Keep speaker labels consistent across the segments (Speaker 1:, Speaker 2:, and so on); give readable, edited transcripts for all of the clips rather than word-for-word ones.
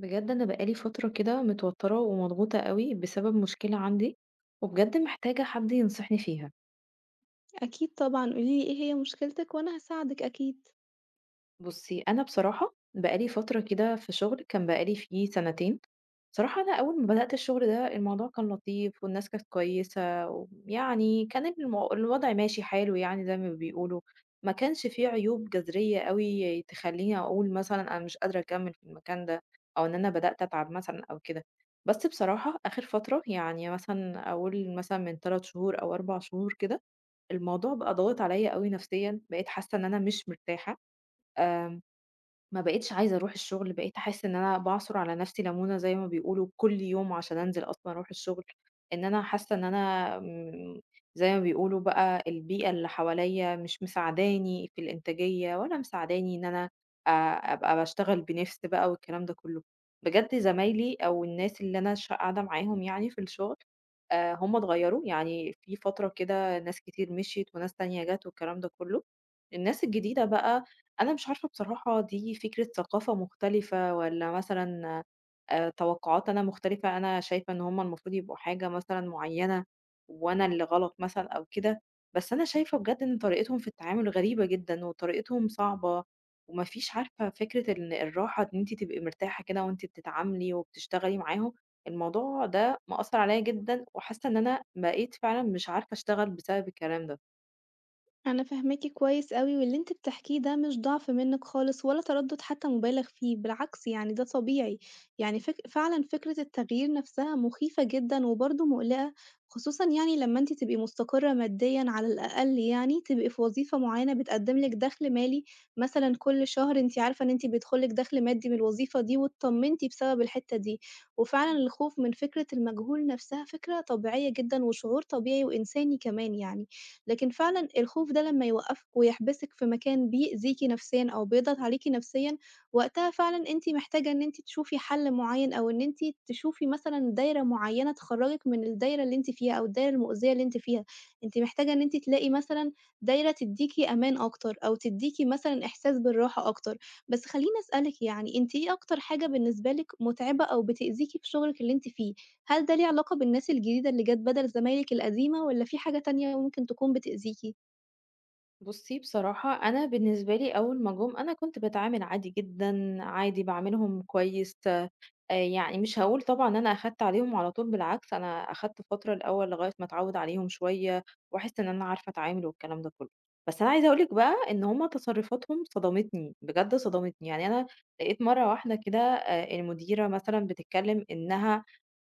Speaker 1: بجد أنا بقالي فترة كده متوترة ومضغوطة قوي بسبب مشكلة عندي وبجد محتاجة حد ينصحني فيها
Speaker 2: أكيد طبعًا، قولي لي إيه هي مشكلتِك وأنا هاساعدِك أكيد.
Speaker 1: بُصّي، أنا بصراحة بقى لي فترة كده في شغل كان بقى لي فيه سنتين، بصراحة أنا أول ما بدأت الشغل ده الموضوع كان لطيف والناس كانت كويسة، ويعني كان الوضع ماشي حاله يعني زي ما بيقولوا، ما كانش فيه عيوب جذرية أوي تخلّيني أقول مثلًا أنا مش قادرة أكمّل في المكان ده، أو إن أنا بدأت أتعب مثلًا أو كده، بس بصراحة آخر فترة يعني مثلًا أقول مثلًا من 3 شهور أو 4 شهور كده، الموضوع بقى ضاغط عليَّ أوي نفسيًا، بقيت حاسة إن أنا مش مرتاحة، آمم ما بقيتش عايزة أروح الشغل، بقيت أحس إن أنا باعصُر على نَفْسي لَمونة زي ما بيقولوا كل يوم عشان أنزل أصلًا أروح الشغل، إن أنا حاسة إن أنا زي ما بيقولوا بقى البيئة اللي حواليّا مش مساعداني في الإنتاجية ولا مساعداني إن أنا آآ أبقى باشتغل بنِفْس بقى والكلام ده كُلّه. بجد زمايلي أو الناس اللي أنا قاعدة معاهم يعني في الشغل، هم اتغيّروا، يعني في فترة كده ناس كتير مشيت وناس تانية جات والكلام ده كُلّه. الناس الجديدة بقى أنا مش عارفة بصراحة دي فكرة ثقافة مختلفة والّا مثلًا توقعات أنا مختلفة، أنا شايفة إن هُم المفروض يبقوا حاجة مثلًا معيّنة وأنا اللي غلط مثلًا أو كده، بس أنا شايفة بجد إن طريقتهم في التعامل غريبة جدًا وطريقتهم صعبة وما فيش عارفة فكرة الراحة إن أنتِ تبقي مرتاحة كده وأنتِ بتتعاملي وبتشتغلي معاهم، الموضوع ده مأثّر عليّا جدًا وحاسة إن أنا بقيت فعلًا مش عارفة أشتغل بسبب الكلام ده.
Speaker 2: أنا فاهماكِ كويس أوي، واللي أنتِ بتحكيه ده مش ضعف منِّك خالص ولا تردُّد حتى مُبالغ فيه، بالعكس يعني ده طبيعي، يعني فعلًا فكرة التغيير نَفْسها مُخيفة جدًا وبرضه مُقلقة، خصوصًا يعني لمّا أنتِ تبقي مستقرة ماديًا على الأقل يعني، تبقي في وظيفة معيّنة بتقدّم لِك دخْل مالي، مثلًا كل شهر أنتِ عارفة إن أنتِ بيدخُل لِك دخْل مادي من الوظيفة دي، واتطمنتِ بسبب الحتّة دي، وفعلًا الخوف من فكرة المجهول نَفْسها فكرة طبيعية جدًا وشعور طبيعي وإنساني كمان يعني. لكن فعلًا الخوف ده لمّا يوقّفِك ويحبسِك في مكان بيأذيكِ نفسيًا أو بيضغط عليكِ نفسيًا، وقتها فعلًا أنتِ محتاجة إن أنتِ تشوفي حل معيّن أو إن أنتِ تشوفي مثلًا دايرة معيّنة تخرّجِك من الدايرة اللي أنتِ فيها أو الدايرة المؤذية اللي أنتِ فيها، أنتِ محتاجة إن أنتِ تلاقي مثلًا دايرة تدّيكِ أمان أكتر أو تدّيكِ مثلًا إحساس بالراحة أكتر. بس خلّيني أسألِك يعني أنتِ إيه أكتر حاجة بالنسبة لِك مُتعبة أو بتأذيكِ في شغلِك اللي أنتِ فيه؟ هل ده ليه علاقة بالناس الجديدة اللي جات بدل زمايلِك القديمة والّا في حاجة تانية ممكن تكون بتأذيكِ؟
Speaker 1: بُصّي بصراحة أنا بالنسبة لي أول ما جُم أنا كنت باتعامل عادي جدًا، عادي باعاملهم كويس، يعني مش هاقول طبعًا إن أنا أخدت عليهم على طول بالعكس أنا أخدت فترة الأول لغاية ما أتعوّد عليهم شوية، وأحس إن أنا عارفة أتعامل والكلام ده كلّه. بس أنا عايزة أقول لِك بقى إن هُم تصرُّفاتهم صدمتني، بجد صدمتني، يعني أنا لقيت مرّة واحدة كده المديرة مثلًا بتتكلم إنها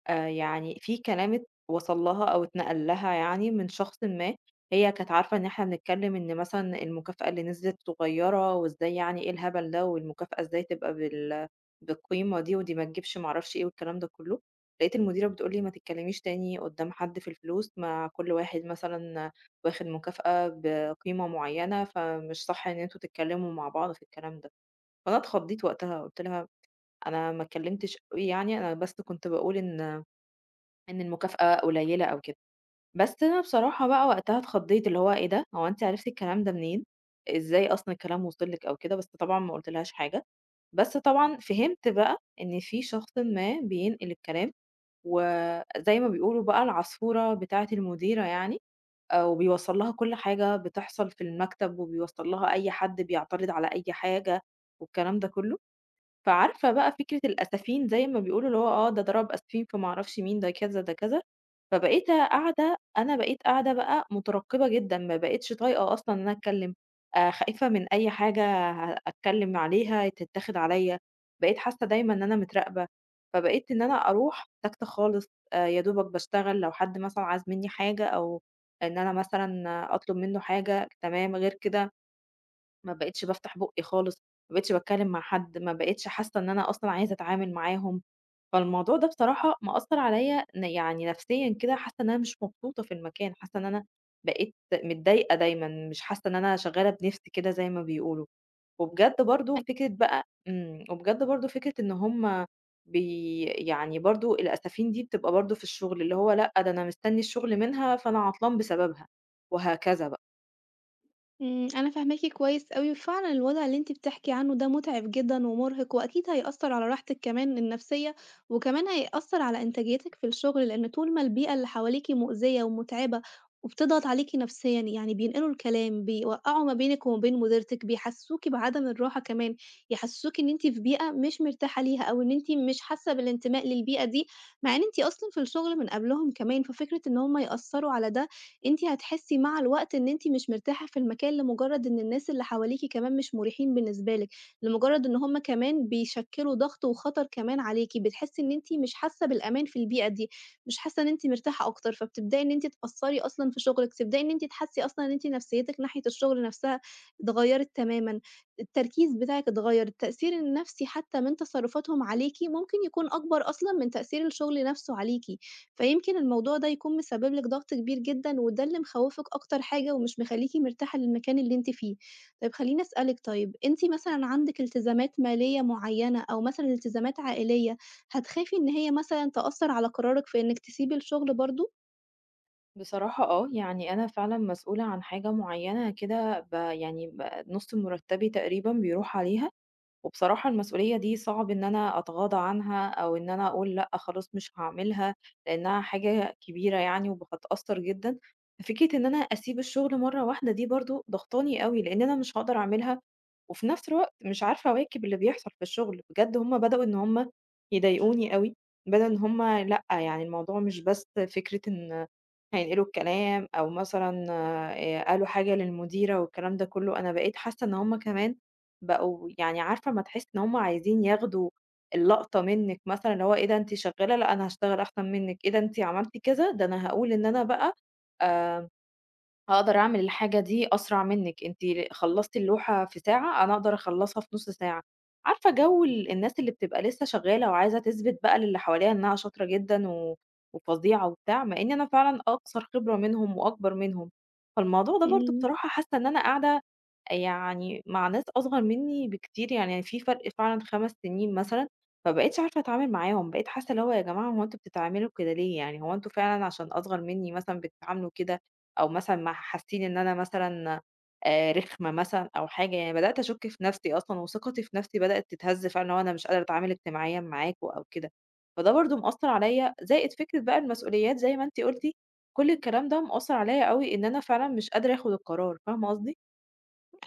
Speaker 1: يعني في كلام وصل لها أو اتنقل لها يعني من شخص ما، هي كانت عارفة إن إحنا بنتكلم إن مثلًا المكافأة اللي نزلت صغيّرة وإزاي يعني إيه الهبل ده، والمكافأة إزاي تبقى بالقيمة دي، ودي ما تجيبش ما اعرفش إيه والكلام ده كلّه، لقيت المديرة بتقول لي: "ما تتكلميش تاني قدّام حد في الفلوس، ما كل واحد مثلًا واخد مكافأة بقيمة معيّنة، فمش صح إن أنتم تتكلموا مع بعض في الكلام ده." فأنا اتخضيت وقتها، قُلت لها: "أنا ما اتكلمتش أوي يعني، أنا بس كنت باقول إن" إن المكافأة قليلة أو كده، بس أنا بصراحة بقى وقتها اتخضّيت، اللي هو إيه ده! هو أنتِ عرفتِ الكلام ده منين؟ إزاي أصلًا الكلام وصل لِك أو كده، بس طبعًا ما قُلتلهاش حاجة، بس طبعًا فهمت بقى إن في شخصٍ ما بينقل الكلام، وزي ما بيقولوا بقى العصفورة بتاعة المديرة يعني، وبيوصّل لها كل حاجة بتحصل في المكتب، وبيوصّل لها أي حد بيعترض على أي حاجة والكلام ده كلّه؟ فعارفة بقى فكرة الأسافين زي ما بيقولوا اللي هو آه، ده ضرب أسفين في ما أعرفش مين، ده كذا، ده كذا، فبقيت قاعدة أنا بقيت قاعدة بقى مترقبة جدًا، ما بقيتش طايقة أصلًا إن أنا أتكلم، خايفة من أي حاجة أتكلم عليها تتاخد عليَّ، بقيت حاسة دايمًا إن أنا متراقبة، فبقيت إن أنا أروح ساكتة خالص، يا دوبك باشتغل لو حد مثلًا عايز مني حاجة أو إن أنا مثلًا أطلب منه حاجة، تمام، غير كده ما بقيتش بافتح بُقّي خالص، ما بقيتش باتكلّم مع حد، ما بقيتش حاسّة إن أنا أصلًا عايزة أتعامل معاهم، فالموضوع ده بصراحة مأثّر عليَّ يعني نفسيًا كده، حاسّة إن أنا مش مبسوطة في المكان، حاسّة إن أنا بقيت متضايقة دايمًا، مش حاسّة إن أنا شغّالة بنِفْسي كده زي ما بيقولوا. وبجد برضه فكرة بقى وبجد برضه فكرة إن هم يعني برضه الأسافين دي بتبقى برضه في الشغل، اللي هو لأ، ده أنا مستني الشغل منها، فأنا عطلان بسببها، وهكذا
Speaker 2: إمم، أنا فاهماكِ كويس أوي، وفعلًا الوضع اللي أنتِ بتحكي عنه ده مُتعب جدًا ومُرهق، وأكيد هيأثّر على راحتِك كمان النفسية، وكمان هيأثّر على إنتاجيتِك في الشغل، لإن طول ما البيئة اللي حواليكِ مؤذية ومُتعبة وبتضغط عليكِ نفسيًا، يعني بينقلوا الكلام، بيوقّعوا ما بينِك وما بين مديرتِك، بيحسّسوكِ بعدم الراحة كمان، يحسّسوكِ إن أنتِ في بيئة مش مرتاحة ليها أو إن أنتِ مش حاسة بالانتماء للبيئة دي، مع إن أنتِ أصلًا في الشغل من قبلهم كمان، ففكرة إن هُم يأثّروا على ده أنتِ هتحسّي مع الوقت إن أنتِ مش مرتاحة في المكان لمجرد إن الناس اللي حواليكِ كمان مش مُريحين بالنسبة لِك، لمجرد إن هُم كمان بيشكّلوا ضغط وخطر كمان عليكِ، بتحسّي إن أنتِ مش حاسة بالأمان في البيئة دي، مش حاسة إن أنتِ مرتاحة أكتر، فبتبدئي إن أنتِ تأثّري أصلًا في شغلِك، تبدئي إن أنتِ تحسّي أصلًا إن أنتِ نفسيتِك ناحية الشغل نفسها اتغيّرت تمامًا، التركيز بتاعِك اتغيّر، التأثير النفسي حتى من تصرفاتهم عليكِ ممكن يكون أكبر أصلًا من تأثير الشغل نفسه عليكِ. فيمكن الموضوع ده يكون مسبب لِك ضغط كبير جدًا، وده اللي مخوّفِك أكتر حاجة ومش مخلّيكِ مرتاحة للمكان اللي أنتِ فيه. طيب خلّيني أسألِك طيب، أنتِ مثلًا عندِك التزامات مالية معيّنة أو مثلًا التزامات عائلية، هتخافي إن هي مثلًا تأثّر على قرارِك في إنِّك تسيبي الشغل برضه؟
Speaker 1: بصراحة آه، يعني أنا فعلًا مسؤولة عن حاجة معيّنة كده ب يعني ب نُص مُرتّبي تقريبًا بيروح عليها. وبصراحة المسؤولية دي صعب إن أنا أتغاضى عنها أو إن أنا أقول لأ خلاص مش هاعملها، لإنها حاجة كبيرة يعني وهتأثر جدًا. فكرة إن أنا أسيب الشغل مرة واحدة دي برضه ضغطاني أوي، لإن أنا مش هاقدر أعملها، وفي نفس الوقت مش عارفة أواكب اللي بيحصل في الشغل. بجد هم بدأوا إن هم يضايقوني أوي، بدأوا إن هم لأ يعني الموضوع مش بس فكرة إن هينقلوا الكلام أو مثلًا قالوا حاجة للمديرة والكلام ده كله، أنا بقيت حاسة إن هم كمان بقوا يعني عارفة أمّا تحس إن هُم عايزين ياخدوا اللقطة منِّك مثلًا، اللي هو إيه ده أنتِ شغّالة، لأ أنا هاشتغل أحسن منِّك، إيه ده أنتِ عملتِ كذا، ده أنا هاقول إن أنا بقى آآ هاقدر أعمل الحاجة دي أسرع منِّك، أنتِ خلّصتِ اللوحة في ساعة، أنا أقدر أخلّصها في نُص ساعة. عارفة جو الناس اللي بتبقى لسه شغّالة وعايزة تثبت بقى للي حواليها إنها شاطرة جدًا وفظيعة وبتاع، مع إني أنا فعلًا أقصر خبرة منهم وأكبر منهم. فالموضوع ده برضه
Speaker 2: إمم.
Speaker 1: بصراحة حاسة إن أنا قاعدة يعني مع ناس أصغر منّي بكتير، يعني في فرق فعلًا 5 سنين مثلًا، ما بقيتش عارفة أتعامل معاهم، بقيت حاسة اللي هو يا جماعة هو أنتم بتتعاملوا كده ليه يعني، هو أنتم فعلًا عشان أصغر منّي مثلًا بتتعاملوا كده؟ أو مثلًا ما حاسين إن أنا مثلًا رخمة مثلًا أو حاجة، يعني بدأت أشُك في نَفْسي أصلًا وثقتي في نَفْسي بدأت تتهز فعلًا، اللي هو أنا مش قادرة أتعامل اجتماعيًا معاكم أو كده، فده برضه مأثّر عليّا، زائد فكرة بقى المسؤوليات زي ما أنتِ قُلتِ، كل الكلام ده مأثّر عليّا أوي إن أنا فعلًا مش قادرة آخُد القرار، فاهمة قصدي؟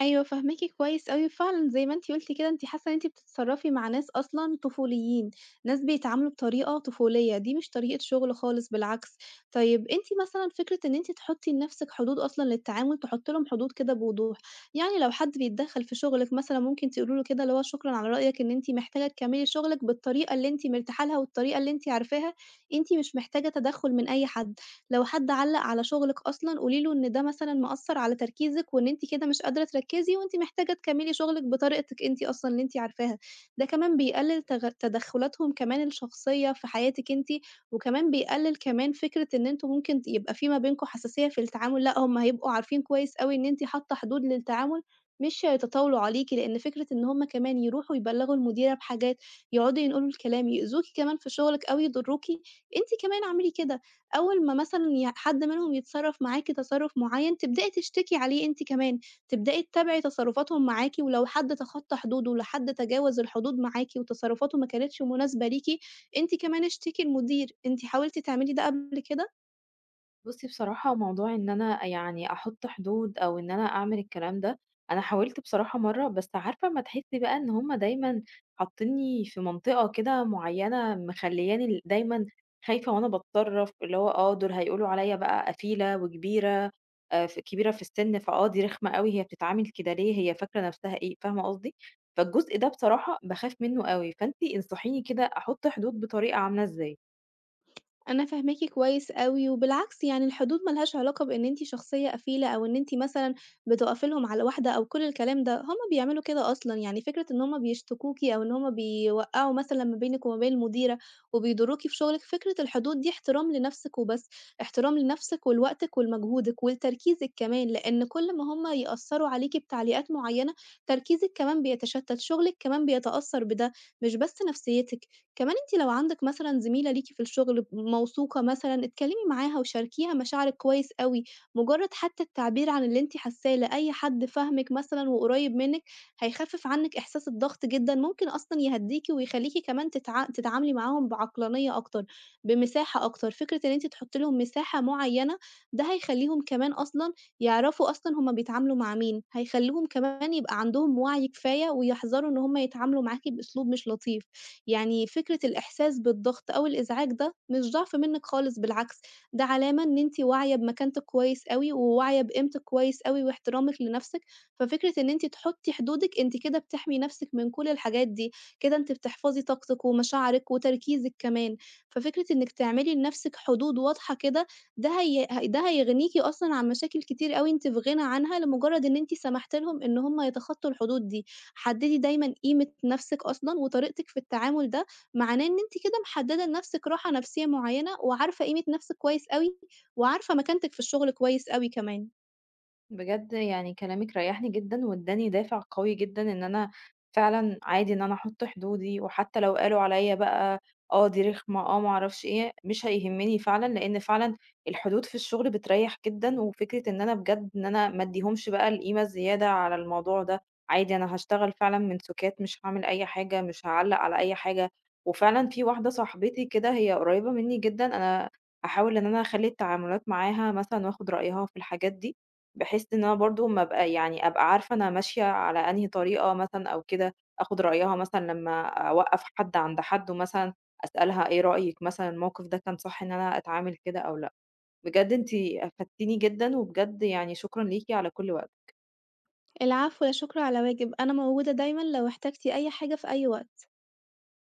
Speaker 2: أيوه فاهماكِ كويس أوي، فعلًا زي ما أنتِ قُلتِ كده أنتِ حاسة إن أنتِ بتتصرّفي مع ناس أصلًا طفوليين، ناس بيتعاملوا بطريقة طفولية، دي مش طريقة شغل خالص بالعكس. طيب أنتِ مثلًا فكرة إن أنتِ تحطّي لنَفْسِك حدود أصلًا للتعامل، تحطّي لهم حدود كده بوضوح، يعني لو حد بيتدخّل في شغلِك مثلًا ممكن تقولي له كده اللي هو شكرًا على رأيك إن أنتِ محتاجة تكمّلي شغلِك بالطريقة اللي أنتِ مرتاحة لها والطريقة اللي أنتِ عارفاها، أنتِ مش محتاجة تدخُّل من أي حد. لو حد علّق على شغلِك أصلًا قولي له إن ده مثلًا مأثّر على تركيزِك وإن أنتِ كده مش قادرة تركّزي وأنتِ محتاجة تكمّلي شغلِك بطريقتِك أنتِ أصلًا اللي أنتِ عارفاها، ده كمان بيقلل تدخُّلاتهم كمان الشخصية في حياتِك أنتِ، وكمان بيقلل كمان فكرة إن أنتم ممكن يبقى في ما بينكم حساسية في التعامل، لأ هم هيبقوا عارفين كويس أوي إن أنتِ حاطة حدود للتعامل، مش هيتطاولوا عليكِ، لإن فكرة إن هم كمان يروحوا يبلّغوا المديرة بحاجات، يقعدوا ينقلوا الكلام، يؤذوكِ كمان في شغلِك أو يضروكِ، أنتِ كمان اعملي كده. أول ما مثلًا حد منهم يتصرّف معاكِ تصرُّف معيّن، تبدئي تشتكي عليه أنتِ كمان، تبدئي تتابعي تصرُّفاتهم معاكِ، ولو حد تخطّى حدوده، ولو حد تجاوز الحدود معاكِ وتصرُّفاته ما كانتش مناسبة ليكِ، أنتِ كمان اشتكي المدير، أنتِ حاولتِ تعملي ده قبل كده؟
Speaker 1: بُصّي بصراحة موضوع إن أنا يعني أحُط حدود أو إن أنا أعمل الكلام ده، أنا حاولت بصراحة مرّة، بس عارفة أمّا تحسّي بقى إن هُم دايمًا حاطّينّي في منطقة كده معيّنة مخلّياني دايمًا خايفة وأنا باتصرّف، اللي هو آه، دول هيقولوا عليّا بقى قفيلة وكبيرة ف كبيرة في السِن، فآه دي رخمة أوي، هي بتتعامل كده ليه، هي فاكرة نَفْسها إيه، فاهمة قصدي؟ فالجزء ده بصراحة باخاف منّه أوي، فأنتِ انصحيني كده أحُط حدود بطريقة عاملة إزاي؟
Speaker 2: أنا فاهماكِ كويس أوي، وبالعكس يعني الحدود ما لهاش علاقة بإن أنتِ شخصية قفيلة أو إن أنتِ مثلًا بتُقفي لهم على واحدة أو كل الكلام ده، هُم بيعملوا كده أصلًا، يعني فكرة إن هُم بيشتكوكِ أو إن هُم بيوقّعوا مثلًا ما بينِك وما بين المديرة وبيضروكِ في شغلِك، فكرة الحدود دي احترام لنفسِك وبس، احترام لنفسِك ولوقتِك ولمجهودِك ولتركيزِك كمان، لإن كل ما هُم يأثّروا عليكِ بتعليقات معيّنة، تركيزِك كمان بيتشتت، شغلِك كمان بيتأثّر بده، مش بس نفسيتِك. كمان أنتِ لو عندِك مثلًا زميلة ليكِ في الشغل موثوقة مثلًا، اتكلمي معاها وشاركيها مشاعرِك كويس أوي، مجرد حتى التعبير عن اللي أنتِ حاساه لأي حد فاهمِك مثلًا وقريب منِك، هيخفف عنِك إحساس الضغط جدًا، ممكن أصلًا يهدّيكِ ويخلّيكِ كمان تتعاملي معاهم بعقلانية أكتر، بمساحة أكتر، فكرة إن أنتِ تحطّي لهم مساحة معيّنة، ده هيخلّيهم كمان أصلًا يعرفوا أصلًا هُم بيتعاملوا مع مين، هيخلّيهم كمان يبقى عندهم وعي كفاية ويحذروا إن هُم يتعاملوا معاكِ بأسلوب مش لطيف. يعني فكرة الإحساس بالضغط أو الإزعاج ده مش ضعف منِّك خالص بالعكس، ده علامة إن أنتِ واعية بمكانتِك كويس أوي، وواعية بقيمتِك كويس أوي واحترامِك لنفسِك، ففكرة إن أنتِ تحطّي حدودِك أنتِ كده بتحمي نفسِك من كل الحاجات دي، كده أنتِ بتحفظي طاقتِك ومشاعرِك وتركيزِك كمان، ففكرة إنِّك تعملي لنفسِك حدود واضحة كده ده هي ه ده هيغنيكِ أصلًا عن مشاكل كتير أوي أنتِ في غنى عنها لمجرد إن أنتِ سمحتِ لهم إن هم يتخطّوا الحدود دي. حدّدي دايمًا قيمة نَفْسِك أصلًا، وطريقتِك في التعامل ده، معناه إن أنتِ كده محدّدة لنَفْسِك راحة نَفْسية معيّنة، وعارفة قيمة نَفْسِك كويس أوي، وعارفة مكانتِك في الشغل كويس أوي كمان.
Speaker 1: بجد يعني كلامِك ريحني جدًا، وادّاني دافع قوي جدًا إن أنا فعلًا عادي إن أنا أحط حدودي، وحتى لو قالوا عليَّ بقى آه دي رخمة، آه ما أعرفش إيه، مش هيهمني فعلًا، لأن فعلًا الحدود في الشغل بتريح جدًا، وفكرة إن أنا بجد إن أنا ما اديهمش بقى القيمة الزيادة على الموضوع ده، عادي أنا هاشتغل فعلًا من سُكات، مش هاعمل أي حاجة، مش هاعلّق على أي حاجة. وفعلًا في واحدة صاحبتي كده هي قريبة مني جدًا، أنا هاحاول إن أنا أخلّي التعاملات معاها مثلًا وآخد رأيها في الحاجات دي، بحيث إن أنا برضه أمّا أبقى يعني أبقى عارفة أنا ماشية على أنهي طريقة مثلًا أو كده، آخُد رأيها مثلًا لمّا أوقّف حد عند حدُّه مثلًا، أسألها إيه رأيِك مثلًا الموقف ده كان صح إن أنا أتعامل كده أو لأ؟ بجد أنتِ أفدتيني جدًا، وبجد يعني شكرًا ليكِ على كل وقتِك.
Speaker 2: العفو، لا شكر على واجب، أنا موجودة دايمًا لو احتجتِ أي حاجة في أي وقت.